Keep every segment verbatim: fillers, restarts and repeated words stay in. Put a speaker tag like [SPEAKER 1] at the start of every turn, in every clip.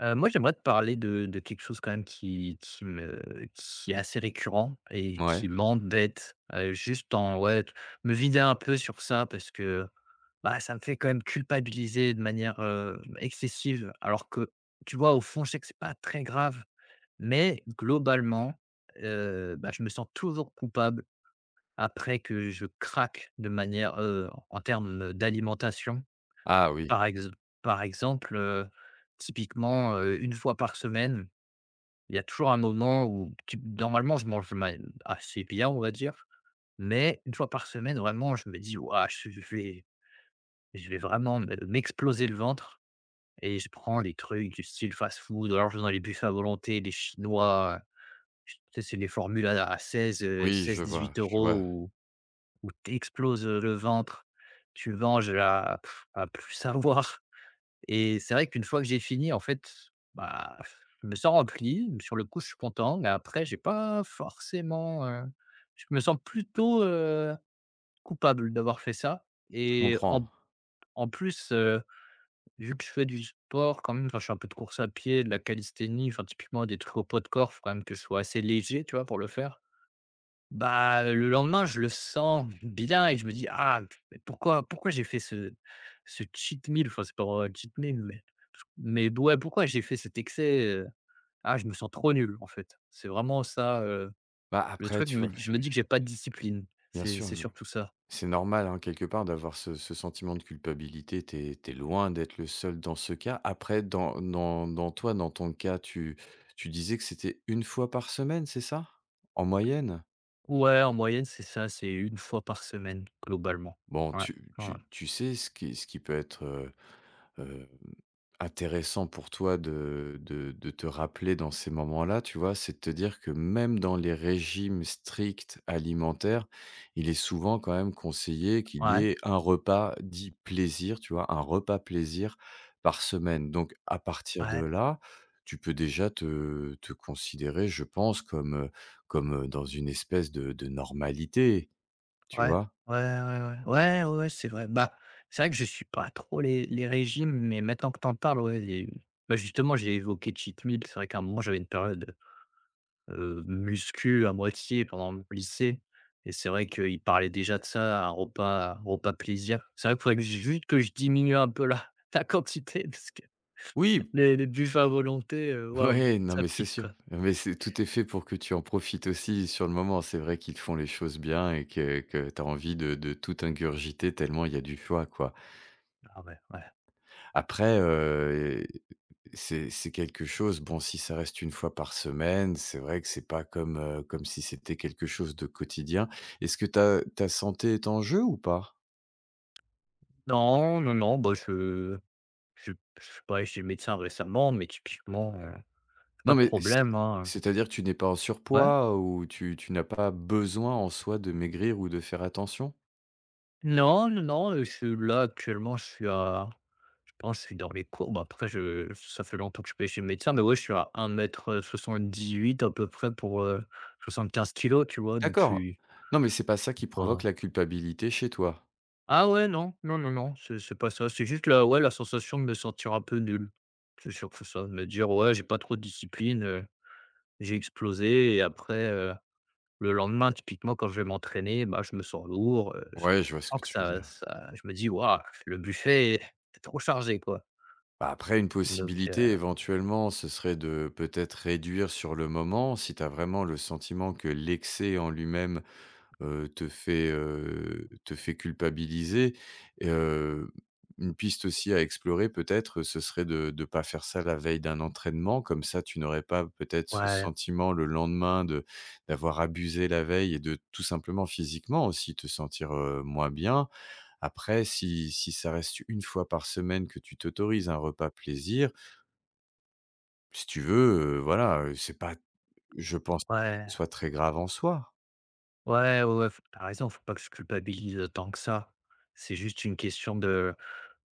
[SPEAKER 1] Heu, moi, j'aimerais te parler de de quelque chose quand même qui qui me qui est assez récurrent et qui
[SPEAKER 2] Ouais.
[SPEAKER 1] m'embête, heu, juste en ouais, t me vider un peu sur ça, parce que, bah, ça me fait quand même culpabiliser de manière, heu, excessive, alors que, tu vois, au fond, je sais que c'est pas très grave, mais globalement, heu, bah, je me sens toujours coupable après que je craque de manière, heu, en termes d'alimentation.
[SPEAKER 2] Ah oui.
[SPEAKER 1] Par ex Par exemple, heu, typiquement, heu, une fois par semaine, il y a toujours un moment où tu normalement, je mange ma assez bien, on va dire. Mais une fois par semaine, vraiment, je me dis: «Waouh, je je vais je vais vraiment me m'exploser le ventre», et je prends des trucs du style fast-food, ou alors je vais dans les buffets à volonté, les chinois, tu sais, c'est les formules à à seize, heu,
[SPEAKER 2] Oui,
[SPEAKER 1] 16-18
[SPEAKER 2] je vois, je
[SPEAKER 1] €
[SPEAKER 2] vois,
[SPEAKER 1] où où tu exploses le ventre. Tu manges à à plus savoir. Et c'est vrai qu'une fois que j'ai fini, en fait, bah, je me sens rempli. Sur le coup, je suis content, mais après, j'ai pas forcément, heu, je me sens plutôt, heu, coupable d'avoir fait ça,
[SPEAKER 2] je
[SPEAKER 1] et en
[SPEAKER 2] comprends.
[SPEAKER 1] en plus, heu, vu que je fais du sport quand même. Enfin, je fais un peu de course à pied, de la calisthénie, enfin, typiquement des trucs au poids de corps, il faut quand même que je sois assez léger, tu vois, pour le faire. Bah, le lendemain, je le sens bien et je me dis: «Ah, mais pourquoi pourquoi j'ai fait ce ce cheat meal?» Enfin, c'est pas vraiment un cheat meal, mais mais ouais, pourquoi j'ai fait cet excès, heu? Ah, je me sens trop nul, en fait. C'est vraiment ça, heu,
[SPEAKER 2] Bah,
[SPEAKER 1] le
[SPEAKER 2] après,
[SPEAKER 1] truc. Je
[SPEAKER 2] tu
[SPEAKER 1] Me
[SPEAKER 2] vois,
[SPEAKER 1] je me
[SPEAKER 2] c'est
[SPEAKER 1] dis que j'ai pas de discipline.
[SPEAKER 2] bien
[SPEAKER 1] C'est
[SPEAKER 2] sûr,
[SPEAKER 1] c'est
[SPEAKER 2] heu,
[SPEAKER 1] surtout ça.
[SPEAKER 2] c'est normal, hein, quelque part, d'avoir ce ce sentiment de culpabilité. T'es es loin d'être le seul dans ce cas. Après, dans dans dans toi, dans ton cas, tu tu disais que c'était une fois par semaine, c'est ça? En moyenne?
[SPEAKER 1] Ouais, en moyenne, c'est ça, c'est une fois par semaine, globalement.
[SPEAKER 2] Bon,
[SPEAKER 1] Ouais,
[SPEAKER 2] tu
[SPEAKER 1] ouais, ouais,
[SPEAKER 2] tu tu sais ce qui ce qui peut être, heu intéressant pour toi de de de te rappeler dans ces moments-là, tu vois? C'est de te dire que même dans les régimes stricts alimentaires, il est souvent quand même conseillé qu'il y
[SPEAKER 1] ouais,
[SPEAKER 2] ait un repas dit «plaisir», tu vois? Un repas plaisir par semaine. Donc à partir de là, tu peux déjà te te considérer, je pense, comme, heu, comme, heu, dans une espèce de de normalité, tu
[SPEAKER 1] ouais,
[SPEAKER 2] vois?
[SPEAKER 1] ouais, ouais, ouais, ouais, ouais, ouais, c'est vrai. Bah, c'est vrai que je suis pas trop les les régimes, mais maintenant que t'en parles, ouais, les bah, justement, j'ai évoqué cheat meal. C'est vrai qu'à un moment, j'avais une période, heu, muscu à moitié pendant le lycée, et c'est vrai qu'il parlait déjà de ça, un repas un repas plaisir. C'est vrai qu'il faudrait que j juste que je diminue un peu la la quantité, parce que
[SPEAKER 2] Oui.
[SPEAKER 1] les les buffets à volonté, heu, waouh,
[SPEAKER 2] Ouais, non,
[SPEAKER 1] ça
[SPEAKER 2] mais c'est
[SPEAKER 1] pique,
[SPEAKER 2] sûr.
[SPEAKER 1] quoi.
[SPEAKER 2] Mais c'est tout est fait pour que tu en profites aussi sur le moment. C'est vrai qu'ils font les choses bien et que que tu as envie de de tout ingurgiter tellement il y a du choix, quoi.
[SPEAKER 1] Ah ouais, ouais.
[SPEAKER 2] Après, heu, c'est c'est quelque chose bon, si ça reste une fois par semaine, c'est vrai que c'est pas comme, heu, comme si c'était quelque chose de quotidien. Est-ce que ta ta santé est en jeu ou pas?
[SPEAKER 1] Non, non, non, bah, je je je suis pas allé chez le médecin récemment, mais typiquement, heu, pas
[SPEAKER 2] Non,
[SPEAKER 1] de
[SPEAKER 2] mais c'est
[SPEAKER 1] problème, hein,
[SPEAKER 2] c'est-à-dire, que tu n'es pas en
[SPEAKER 1] ouais.
[SPEAKER 2] surpoids ou tu tu n'as pas besoin en soi de maigrir ou de faire attention?
[SPEAKER 1] Non, non, non, heu, je là, actuellement, je suis à je pense que je suis dans les courbes. Après, je ça fait longtemps que je suis pas allé chez le médecin, mais ouais, je suis à un mètre euh, soixante-dix-huit à peu près pour, euh, soixante-quinze kilos, tu vois? Donc je
[SPEAKER 2] D'accord.
[SPEAKER 1] suis
[SPEAKER 2] Non, mais c'est pas ça qui provoque
[SPEAKER 1] pas,
[SPEAKER 2] la culpabilité chez toi?
[SPEAKER 1] ah ouais, non, non, non, non, c'est c'est pas ça. C'est juste la ouais, la sensation de me sentir un peu nul. C'est sûr que ça, de me dire: «Ouais, j'ai pas trop de discipline, heu, j'ai explosé», et après, euh, le lendemain, typiquement, quand je vais m'entraîner, bah, je me sens lourd, heu, je
[SPEAKER 2] Ouais, je vois
[SPEAKER 1] je
[SPEAKER 2] ce
[SPEAKER 1] sens
[SPEAKER 2] que
[SPEAKER 1] que
[SPEAKER 2] tu veux
[SPEAKER 1] ça
[SPEAKER 2] dire.
[SPEAKER 1] ça je me dis: «Waouh, le buffet est trop chargé, quoi».
[SPEAKER 2] Bah, après une
[SPEAKER 1] Donc, heu,
[SPEAKER 2] possibilité éventuellement, ce serait de peut-être réduire sur le moment si tu as vraiment le sentiment que l'excès en lui-même heu, te fait, heu, te fait culpabiliser et heu, une piste aussi à explorer peut-être, ce serait de de pas faire ça la veille d'un entraînement. Comme ça, tu n'aurais pas peut-être ce
[SPEAKER 1] ouais,
[SPEAKER 2] sentiment le lendemain de d'avoir abusé la veille et de tout simplement physiquement aussi te sentir, heu, moins bien. Après si si ça reste une fois par semaine que tu t'autorises un repas plaisir, si tu veux, heu, voilà, heu, c'est pas je pense,
[SPEAKER 1] ouais,
[SPEAKER 2] soit très grave en soi.
[SPEAKER 1] ouais, ouais, ouais, f tu raison, faut pas que je culpabilise tant que ça. C'est juste une question de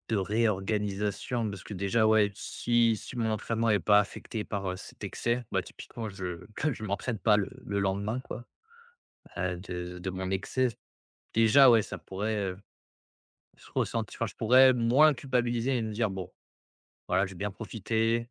[SPEAKER 1] de réorganisation, parce que déjà, ouais, si si mon entraînement est pas affecté par, heu, cet excès, bah, typiquement, je je m'entraîne pas le le lendemain, quoi, heu, de de mon excès. Déjà, ouais, ça pourrait, heu, se ressentir, enfin, je pourrais moins culpabiliser et me dire: «Bon». Voilà, j'ai bien profité.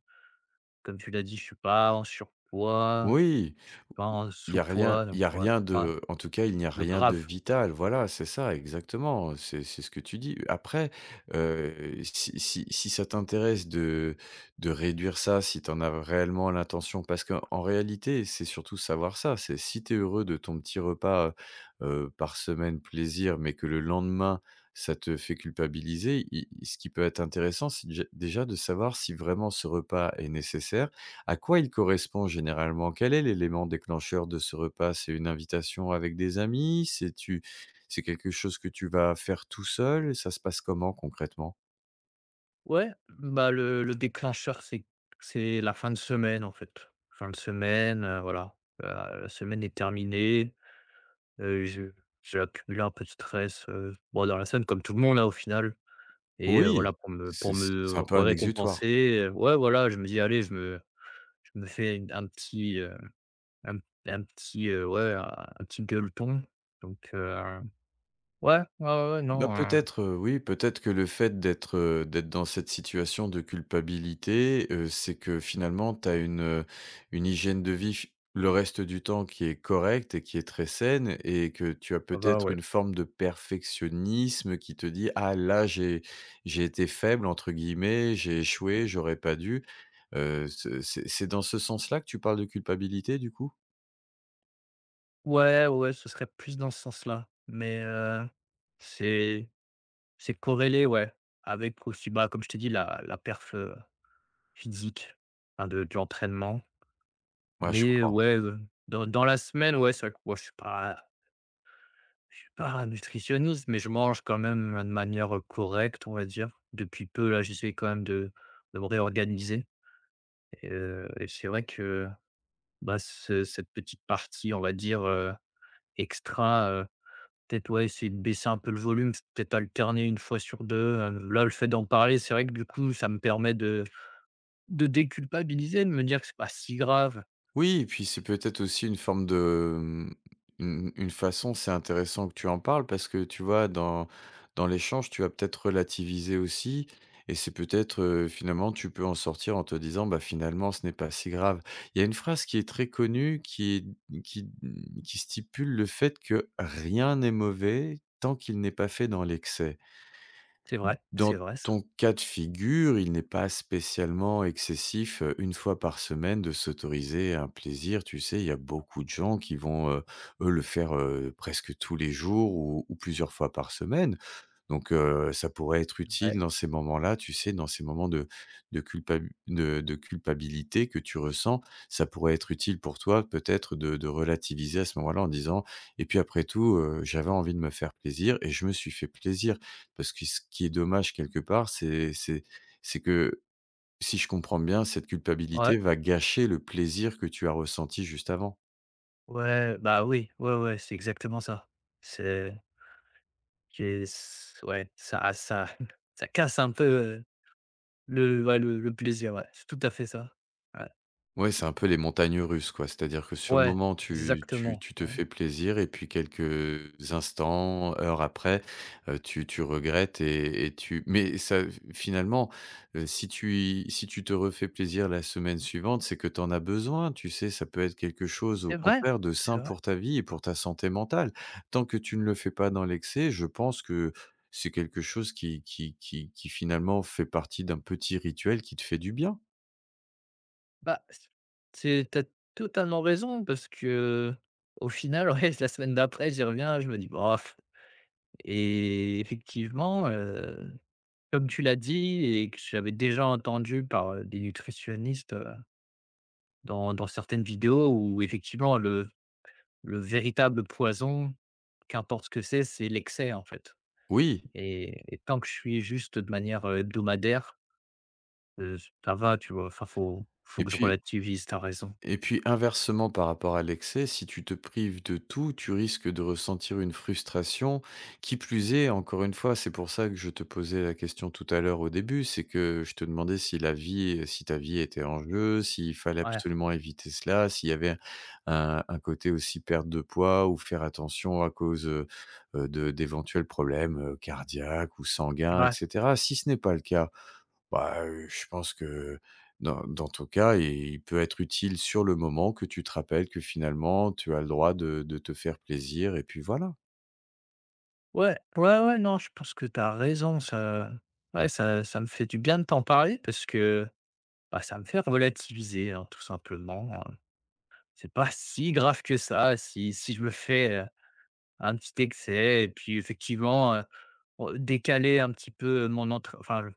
[SPEAKER 1] Comme tu l'as dit, je suis pas en surpoids,
[SPEAKER 2] Oui,
[SPEAKER 1] je suis pas en
[SPEAKER 2] il y a rien
[SPEAKER 1] sous-poids,
[SPEAKER 2] il
[SPEAKER 1] donc
[SPEAKER 2] y a
[SPEAKER 1] ouais,
[SPEAKER 2] rien
[SPEAKER 1] ouais,
[SPEAKER 2] de en tout cas, il n'y a
[SPEAKER 1] le
[SPEAKER 2] rien de
[SPEAKER 1] grave.
[SPEAKER 2] vital. Voilà, c'est ça, exactement, c'est c'est ce que tu dis. Après, heu, si si si ça t'intéresse de de réduire ça, si tu en as réellement l'intention parce qu'en en réalité, c'est surtout savoir ça, c'est si tu es heureux de ton petit repas, heu par semaine plaisir, mais que le lendemain, ça te fait culpabiliser, i ce qui peut être intéressant, c'est déj déjà de savoir si vraiment ce repas est nécessaire à quoi il correspond généralement? Quel est l'élément déclencheur de ce repas? C'est une invitation avec des amis? C'est tu c'est quelque chose que tu vas faire tout seul? Ça se passe comment concrètement?
[SPEAKER 1] Ouais, bah, le le déclencheur, c'est c'est la fin de semaine, en fait. Fin de semaine, heu, voilà, heu, la semaine est terminée, heu, je j'ai accumulé un peu de stress, heu, bon, dans la semaine comme tout le monde, là au final. Et heu, voilà,
[SPEAKER 2] Oui,
[SPEAKER 1] pour me pour
[SPEAKER 2] c'est c'est
[SPEAKER 1] me
[SPEAKER 2] un peu un exutoire.
[SPEAKER 1] récompenser, heu, ouais, voilà, je me dis: «Allez, je me je me fais une un petit, heu» Un un petit, heu, ouais, un un petit gueuleton, donc heu, ouais, ouais, ouais, ouais,
[SPEAKER 2] Bah,
[SPEAKER 1] non, heu,
[SPEAKER 2] peut-être, heu, oui, peut-être que le fait d'être, heu, d'être dans cette situation de culpabilité, heu, c'est que finalement tu as une, heu, une hygiène de vie ch le reste du temps qui est correcte et qui est très saine et que tu as
[SPEAKER 1] ça va,
[SPEAKER 2] peut-être
[SPEAKER 1] ouais.
[SPEAKER 2] une forme de perfectionnisme qui te dit: «Ah là, j'ai j'ai été «faible» entre guillemets, j'ai échoué, j'aurais pas dû». Heu, ce c'est c'est dans ce sens-là que tu parles de culpabilité du coup?
[SPEAKER 1] Ouais, ouais, ce serait plus dans ce sens-là, mais heu, c'est c'est corrélé, ouais, avec aussi, bah, comme je t'ai dit, la la perf, heu, physique, enfin de de l'entraînement,
[SPEAKER 2] Ouais, je
[SPEAKER 1] mais
[SPEAKER 2] comprends.
[SPEAKER 1] ouais, heu, dans dans la semaine, ouais, c'est vrai que moi je suis pas je suis pas un nutritionniste, mais je mange quand même de manière, euh, correcte, on va dire. Depuis peu, là, j'essaie quand même de de me réorganiser. Et heu et c'est vrai que, bah, ce cette petite partie, on va dire, heu, extra, heu, peut-être, ouais, essayer de baisser un peu le volume, peut-être alterner une fois sur deux, heu, là, le fait d'en parler, c'est vrai que, du coup, ça me permet de de déculpabiliser, de me dire que c'est pas si grave.
[SPEAKER 2] Oui, et puis c'est peut-être aussi une forme de, mmh, une une façon c'est intéressant que tu en parles parce que tu vois, dans dans l'échange, tu vas peut-être relativiser aussi et c'est peut-être, heu, finalement, tu peux en sortir en te disant: «Bah, finalement, ce n'est pas si grave». Il y a une phrase qui est très connue qui est qui, mmh, qui stipule le fait que rien n'est mauvais tant qu'il n'est pas fait dans l'excès.
[SPEAKER 1] C'est vrai, c'est
[SPEAKER 2] Dans
[SPEAKER 1] vrai, ça.
[SPEAKER 2] ton cas de figure, il n'est pas spécialement excessif, heu, une fois par semaine de s'autoriser un plaisir. Tu sais, il y a beaucoup de gens qui vont, heu, eux, le faire, heu, presque tous les jours ou ou plusieurs fois par semaine. Donc heu, ça pourrait être utile
[SPEAKER 1] Ouais,
[SPEAKER 2] dans ces moments-là, tu sais, dans ces moments de de culpabi de de culpabilité que tu ressens. Ça pourrait être utile pour toi peut-être de de relativiser à ce moment-là en disant: «Et puis après tout, heu, j'avais envie de me faire plaisir et je me suis fait plaisir». Parce que ce qui est dommage quelque part, c'est c'est c'est que si je comprends bien, cette
[SPEAKER 1] ouais,
[SPEAKER 2] culpabilité va gâcher le plaisir que tu as ressenti juste avant.
[SPEAKER 1] ouais, bah, oui, ouais, ouais, c'est exactement ça. C'est qui est ouais, ça ça ça casse un peu, heu le ouais, le le plaisir, ouais, c'est tout à fait ça. Ouais,
[SPEAKER 2] Ouais, c'est un peu les montagnes russes, quoi. C'est-à-dire que sur le
[SPEAKER 1] ouais,
[SPEAKER 2] moment, tu tu
[SPEAKER 1] exactement,
[SPEAKER 2] tu te
[SPEAKER 1] ouais.
[SPEAKER 2] fais plaisir et puis quelques instants, heures après, heu, tu tu regrettes et et tu mais ça, finalement, heu, si tu y si tu te refais plaisir la semaine suivante, c'est que tu en as besoin, tu sais? Ça peut être quelque chose, au
[SPEAKER 1] C'est vrai,
[SPEAKER 2] contraire, de
[SPEAKER 1] c'est
[SPEAKER 2] sain
[SPEAKER 1] vrai.
[SPEAKER 2] pour ta vie et pour ta santé mentale. Tant que tu ne le fais pas dans l'excès, je pense que c'est quelque chose qui qui qui qui finalement fait partie d'un petit rituel qui te fait du bien.
[SPEAKER 1] Bah, c c'est, tu as totalement raison, parce qu'au final, ouais, la semaine d'après, j'y reviens, je me dis: «Bof», et effectivement, heu, comme tu l'as dit, et que j'avais déjà entendu par, heu, des nutritionnistes, heu, dans dans certaines vidéos, où effectivement le le véritable poison, qu'importe ce que c'est, c'est l'excès, en fait.
[SPEAKER 2] Oui
[SPEAKER 1] Et et tant que je suis juste de manière, heu, hebdomadaire, heu, ça va, tu vois? Enfin, faut faut
[SPEAKER 2] et
[SPEAKER 1] que je
[SPEAKER 2] puis
[SPEAKER 1] relativise, t'as raison.
[SPEAKER 2] et puis inversement par rapport à l'excès, si tu te prives de tout, tu risques de ressentir une frustration. Qui plus est, encore une fois, c'est pour ça que je te posais la question tout à l'heure au début, c'est que je te demandais si la vie, si ta vie était en jeu, s'il fallait
[SPEAKER 1] Ouais,
[SPEAKER 2] absolument éviter cela, s'il y avait un, un côté aussi perte de poids ou faire attention à cause euh, de d'éventuels problèmes euh, cardiaques ou sanguins,
[SPEAKER 1] ouais,
[SPEAKER 2] et cetera. Si ce n'est pas le cas, bah, heu, je pense que dans dans ton cas, i il peut être utile sur le moment que tu te rappelles que finalement tu as le droit de de te faire plaisir et puis voilà.
[SPEAKER 1] ouais, ouais, ouais, non, je pense que t'as raison, ça ouais, ça ça me fait du bien de t'en parler, parce que, bah, ça me fait relativiser, hein, tout simplement, hein. C'est pas si grave que ça, si si je me fais un petit excès, et puis, effectivement, heu, re décaler un petit peu mon entraînement, enfin,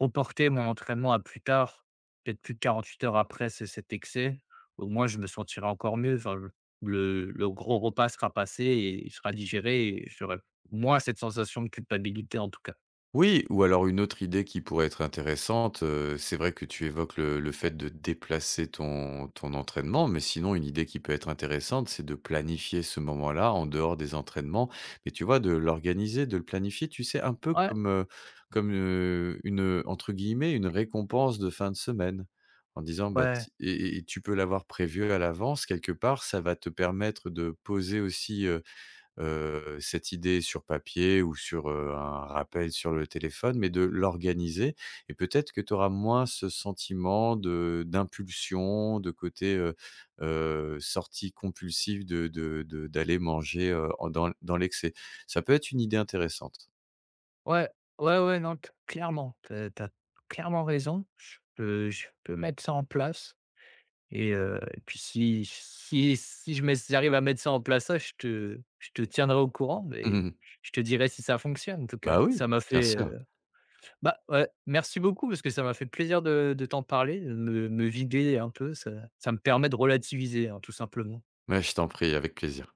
[SPEAKER 1] reporter mon entraînement à plus tard, peut-être plus de quarante-huit heures après ce cet excès, au moins je me sentirai encore mieux. Enfin, le le le gros repas sera passé et il sera digéré, et j'aurai moins cette sensation de culpabilité, en tout cas.
[SPEAKER 2] Oui, ou alors une autre idée qui pourrait être intéressante, heu, c'est vrai que tu évoques le le fait de déplacer ton ton entraînement, mais sinon une idée qui peut être intéressante, c'est de planifier ce moment-là en dehors des entraînements. Mais tu vois, de l'organiser, de le planifier, tu sais, un peu
[SPEAKER 1] Ouais,
[SPEAKER 2] comme, heu, comme, heu, une, entre guillemets, «une récompense de fin de semaine». En disant, bah,
[SPEAKER 1] ouais.
[SPEAKER 2] ti et et et tu peux l'avoir prévu à l'avance quelque part, ça va te permettre de poser aussi, heu, cette idée sur papier ou sur, heu, un rappel sur le téléphone, mais de l'organiser et peut-être que tu auras moins ce sentiment de d'impulsion, de côté, heu heu, sortie compulsive de de de d'aller manger, heu, en dans dans l'excès. Ça peut être une idée intéressante.
[SPEAKER 1] Ouais, ouais, ouais, non, c clairement, T'as as clairement raison. Je peux je peux mettre ça en place, et heu et puis si si si je mets si j'arrive à mettre ça en place, ça, je te je te tiendrai au courant, mais
[SPEAKER 2] Mmh.
[SPEAKER 1] je te dirai si ça fonctionne, en tout cas.
[SPEAKER 2] Bah oui,
[SPEAKER 1] Ça m'a
[SPEAKER 2] bien
[SPEAKER 1] fait,
[SPEAKER 2] sûr.
[SPEAKER 1] heu, bah, ouais, merci beaucoup, parce que ça m'a fait plaisir de de t'en parler, de me me vider un peu, ça ça me permet de relativiser, hein, tout simplement.
[SPEAKER 2] Mais je t'en prie, avec plaisir.